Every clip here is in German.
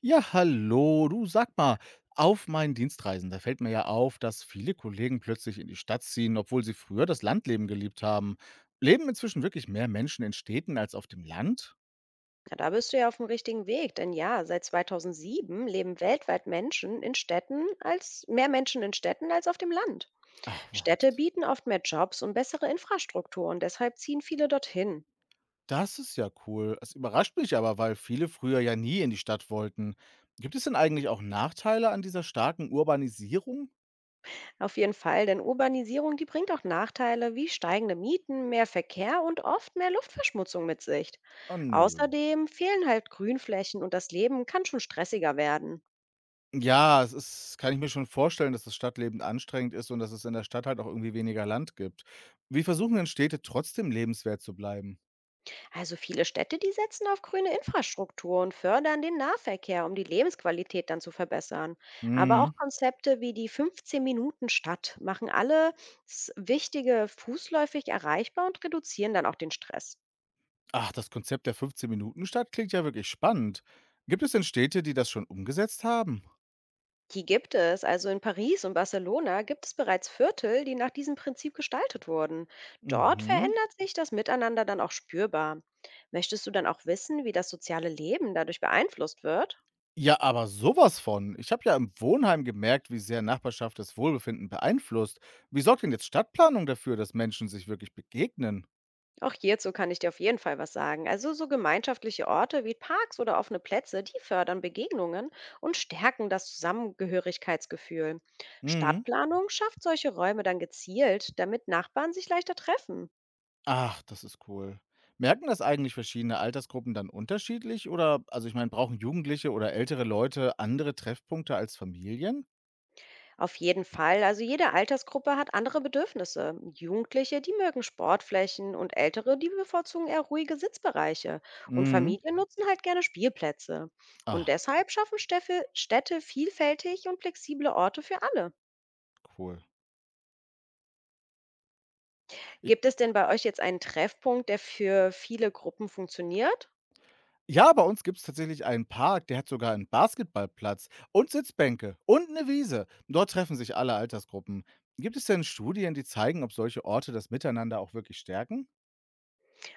Ja, hallo, du, sag mal, auf meinen Dienstreisen, da fällt mir ja auf, dass viele Kollegen plötzlich in die Stadt ziehen, obwohl sie früher das Landleben geliebt haben. Leben inzwischen wirklich mehr Menschen in Städten als auf dem Land? Ja, da bist du ja auf dem richtigen Weg, denn ja, seit 2007 leben weltweit Menschen in Städten als mehr Menschen in Städten als auf dem Land. Ach Städte was, bieten oft mehr Jobs und bessere Infrastruktur und deshalb ziehen viele dorthin. das ist ja cool. Es überrascht mich aber, weil viele früher ja nie in die Stadt wollten. Gibt es denn eigentlich auch Nachteile an dieser starken Urbanisierung? Auf jeden Fall, denn Urbanisierung, die bringt auch Nachteile wie steigende Mieten, mehr Verkehr und oft mehr Luftverschmutzung mit sich. Ah, nö. Außerdem fehlen halt Grünflächen und das Leben kann schon stressiger werden. Ja, es ist kann ich mir schon vorstellen, dass das Stadtleben anstrengend ist und dass es in der Stadt halt auch irgendwie weniger Land gibt. Wie versuchen denn Städte trotzdem lebenswert zu bleiben? Also viele Städte, die setzen auf grüne Infrastruktur und fördern den Nahverkehr, um die Lebensqualität dann zu verbessern. Aber Mhm. auch Konzepte wie die 15-Minuten-Stadt machen alle Wichtige fußläufig erreichbar und reduzieren dann auch den Stress. Ach, das Konzept der 15 Minuten Stadt klingt ja wirklich spannend. Gibt es denn Städte, die das schon umgesetzt haben? Die gibt es, also in Paris und Barcelona gibt es bereits Viertel, die nach diesem Prinzip gestaltet wurden. Dort Mhm. verändert sich das Miteinander dann auch spürbar. Möchtest du dann auch wissen, wie das soziale Leben dadurch beeinflusst wird? Ja, aber sowas von. Ich habe ja im Wohnheim gemerkt, wie sehr Nachbarschaft das Wohlbefinden beeinflusst. Wie sorgt denn jetzt Stadtplanung dafür, dass Menschen sich wirklich begegnen? Auch hierzu kann ich dir auf jeden Fall was sagen. Also so gemeinschaftliche Orte wie Parks oder offene Plätze, die fördern Begegnungen und stärken das Zusammengehörigkeitsgefühl. Mhm. Stadtplanung schafft solche Räume dann gezielt, damit Nachbarn sich leichter treffen. Ach, das ist cool. Merken das eigentlich verschiedene Altersgruppen dann unterschiedlich, oder, also ich meine, brauchen Jugendliche oder ältere Leute andere Treffpunkte als Familien? Auf jeden Fall, also jede Altersgruppe hat andere Bedürfnisse. Jugendliche, die mögen Sportflächen und Ältere, die bevorzugen eher ruhige Sitzbereiche. Und Mhm. Familien nutzen halt gerne Spielplätze. Und Ah, deshalb schaffen Städte vielfältig und flexible Orte für alle. cool. Ich Gibt es denn bei euch jetzt einen Treffpunkt, der für viele Gruppen funktioniert? Ja, bei uns gibt es tatsächlich einen Park, der hat sogar einen Basketballplatz und Sitzbänke und eine Wiese. Dort treffen sich alle Altersgruppen. Gibt es denn Studien, die zeigen, ob solche Orte das Miteinander auch wirklich stärken?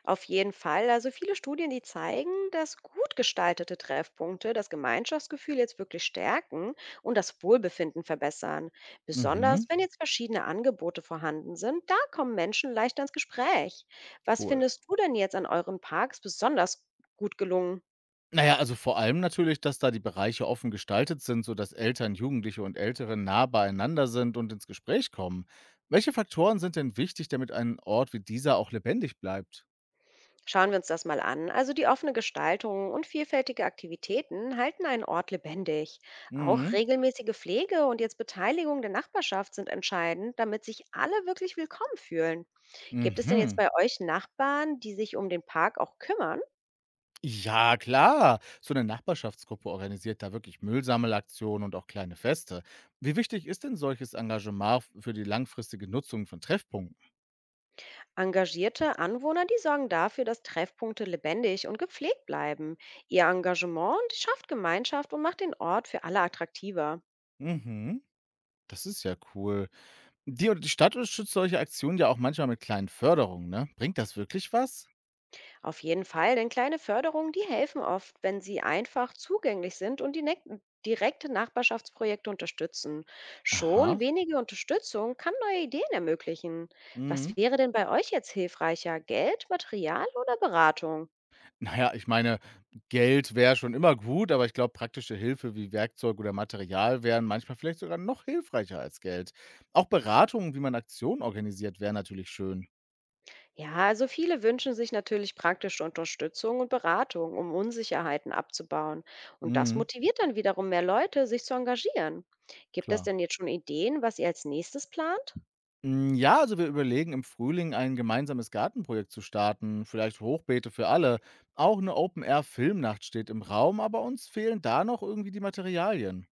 Auf jeden Fall. Also viele Studien, die zeigen, dass gut gestaltete Treffpunkte das Gemeinschaftsgefühl jetzt wirklich stärken und das Wohlbefinden verbessern. Besonders Mhm, wenn jetzt verschiedene Angebote vorhanden sind, da kommen Menschen leichter ins Gespräch. Was cool. findest du denn jetzt an euren Parks besonders gut gelungen? Na ja, also vor allem natürlich, dass da die Bereiche offen gestaltet sind, sodass Eltern, Jugendliche und Ältere nah beieinander sind und ins Gespräch kommen. Welche Faktoren sind denn wichtig, damit ein Ort wie dieser auch lebendig bleibt? Schauen wir uns das mal an. Also die offene Gestaltung und vielfältige Aktivitäten halten einen Ort lebendig. Auch Mhm. regelmäßige Pflege und jetzt Beteiligung der Nachbarschaft sind entscheidend, damit sich alle wirklich willkommen fühlen. Gibt es denn jetzt Mhm. bei euch Nachbarn, die sich um den Park auch kümmern? Ja, klar. So eine Nachbarschaftsgruppe organisiert da wirklich Müllsammelaktionen und auch kleine Feste. Wie wichtig ist denn solches Engagement für die langfristige Nutzung von Treffpunkten? Engagierte Anwohner, die sorgen dafür, dass Treffpunkte lebendig und gepflegt bleiben. Ihr Engagement schafft Gemeinschaft und macht den Ort für alle attraktiver. Mhm. Das ist ja cool. Die oder die Stadt unterstützt solche Aktionen ja auch manchmal mit kleinen Förderungen, ne? Bringt das wirklich was? Auf jeden Fall, denn kleine Förderungen, die helfen oft, wenn sie einfach zugänglich sind und die direkte Nachbarschaftsprojekte unterstützen. Schon Aha. wenige Unterstützung kann neue Ideen ermöglichen. Was Mhm. wäre denn bei euch jetzt hilfreicher? Geld, Material oder Beratung? Na ja, ich meine, Geld wäre schon immer gut, aber ich glaube, praktische Hilfe wie Werkzeug oder Material wären manchmal vielleicht sogar noch hilfreicher als Geld. Auch Beratungen, wie man Aktionen organisiert, wäre natürlich schön. Ja, also viele wünschen sich natürlich praktische Unterstützung und Beratung, um Unsicherheiten abzubauen. Und das Mhm, motiviert dann wiederum mehr Leute, sich zu engagieren. Gibt es klar. denn jetzt schon Ideen, was ihr als nächstes plant? Hm, ja, also wir überlegen, im Frühling ein gemeinsames Gartenprojekt zu starten, vielleicht Hochbeete für alle. Auch eine Open-Air-Filmnacht steht im Raum, aber uns fehlen da noch irgendwie die Materialien.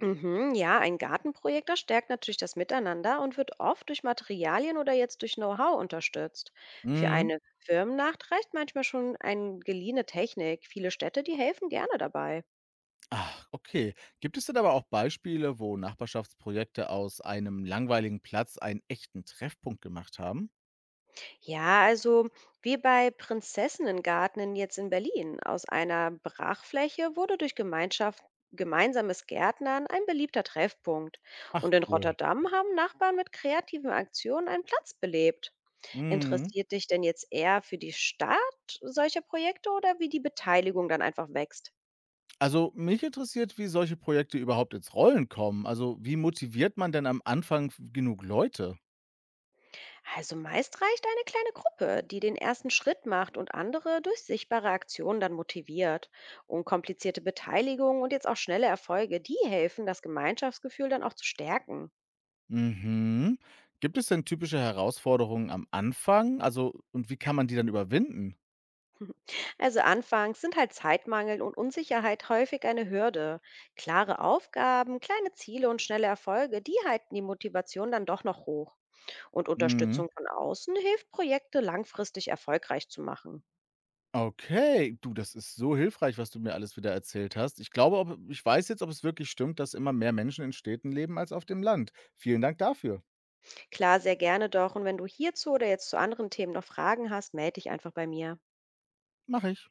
Mhm, ja, ein Gartenprojekt, das stärkt natürlich das Miteinander und wird oft durch Materialien oder jetzt durch Know-how unterstützt. Für Mhm. eine Firmennacht reicht manchmal schon eine geliehene Technik. Viele Städte, die helfen gerne dabei. Ah, okay. Gibt es denn aber auch Beispiele, wo Nachbarschaftsprojekte aus einem langweiligen Platz einen echten Treffpunkt gemacht haben? Ja, also wie bei Prinzessinnengarten jetzt in Berlin. Aus einer Brachfläche wurde durch Gemeinschaft gemeinsames Gärtnern ein beliebter Treffpunkt. Ach, Und in cool. Rotterdam haben Nachbarn mit kreativen Aktionen einen Platz belebt. Mhm. Interessiert dich denn jetzt eher für die Start solcher Projekte oder wie die Beteiligung dann einfach wächst? Also mich interessiert, wie solche Projekte überhaupt ins Rollen kommen. Also wie motiviert man denn am Anfang genug Leute? Also meist reicht eine kleine Gruppe, die den ersten Schritt macht und andere durch sichtbare Aktionen dann motiviert. Unkomplizierte Beteiligung und jetzt auch schnelle Erfolge, die helfen, das Gemeinschaftsgefühl dann auch zu stärken. Mhm. Gibt es denn typische Herausforderungen am Anfang? Also, und wie kann man die dann überwinden? Also anfangs sind halt Zeitmangel und Unsicherheit häufig eine Hürde. Klare Aufgaben, kleine Ziele und schnelle Erfolge, die halten die Motivation dann doch noch hoch. Und Mhm. Unterstützung von außen hilft, Projekte langfristig erfolgreich zu machen. Okay, du, das ist so hilfreich, was du mir alles wieder erzählt hast. Ich glaube, ob ich weiß jetzt, ob es wirklich stimmt, dass immer mehr Menschen in Städten leben als auf dem Land. Vielen Dank dafür. Klar, sehr gerne doch. Und wenn du hierzu oder jetzt zu anderen Themen noch Fragen hast, melde dich einfach bei mir. Mache ich.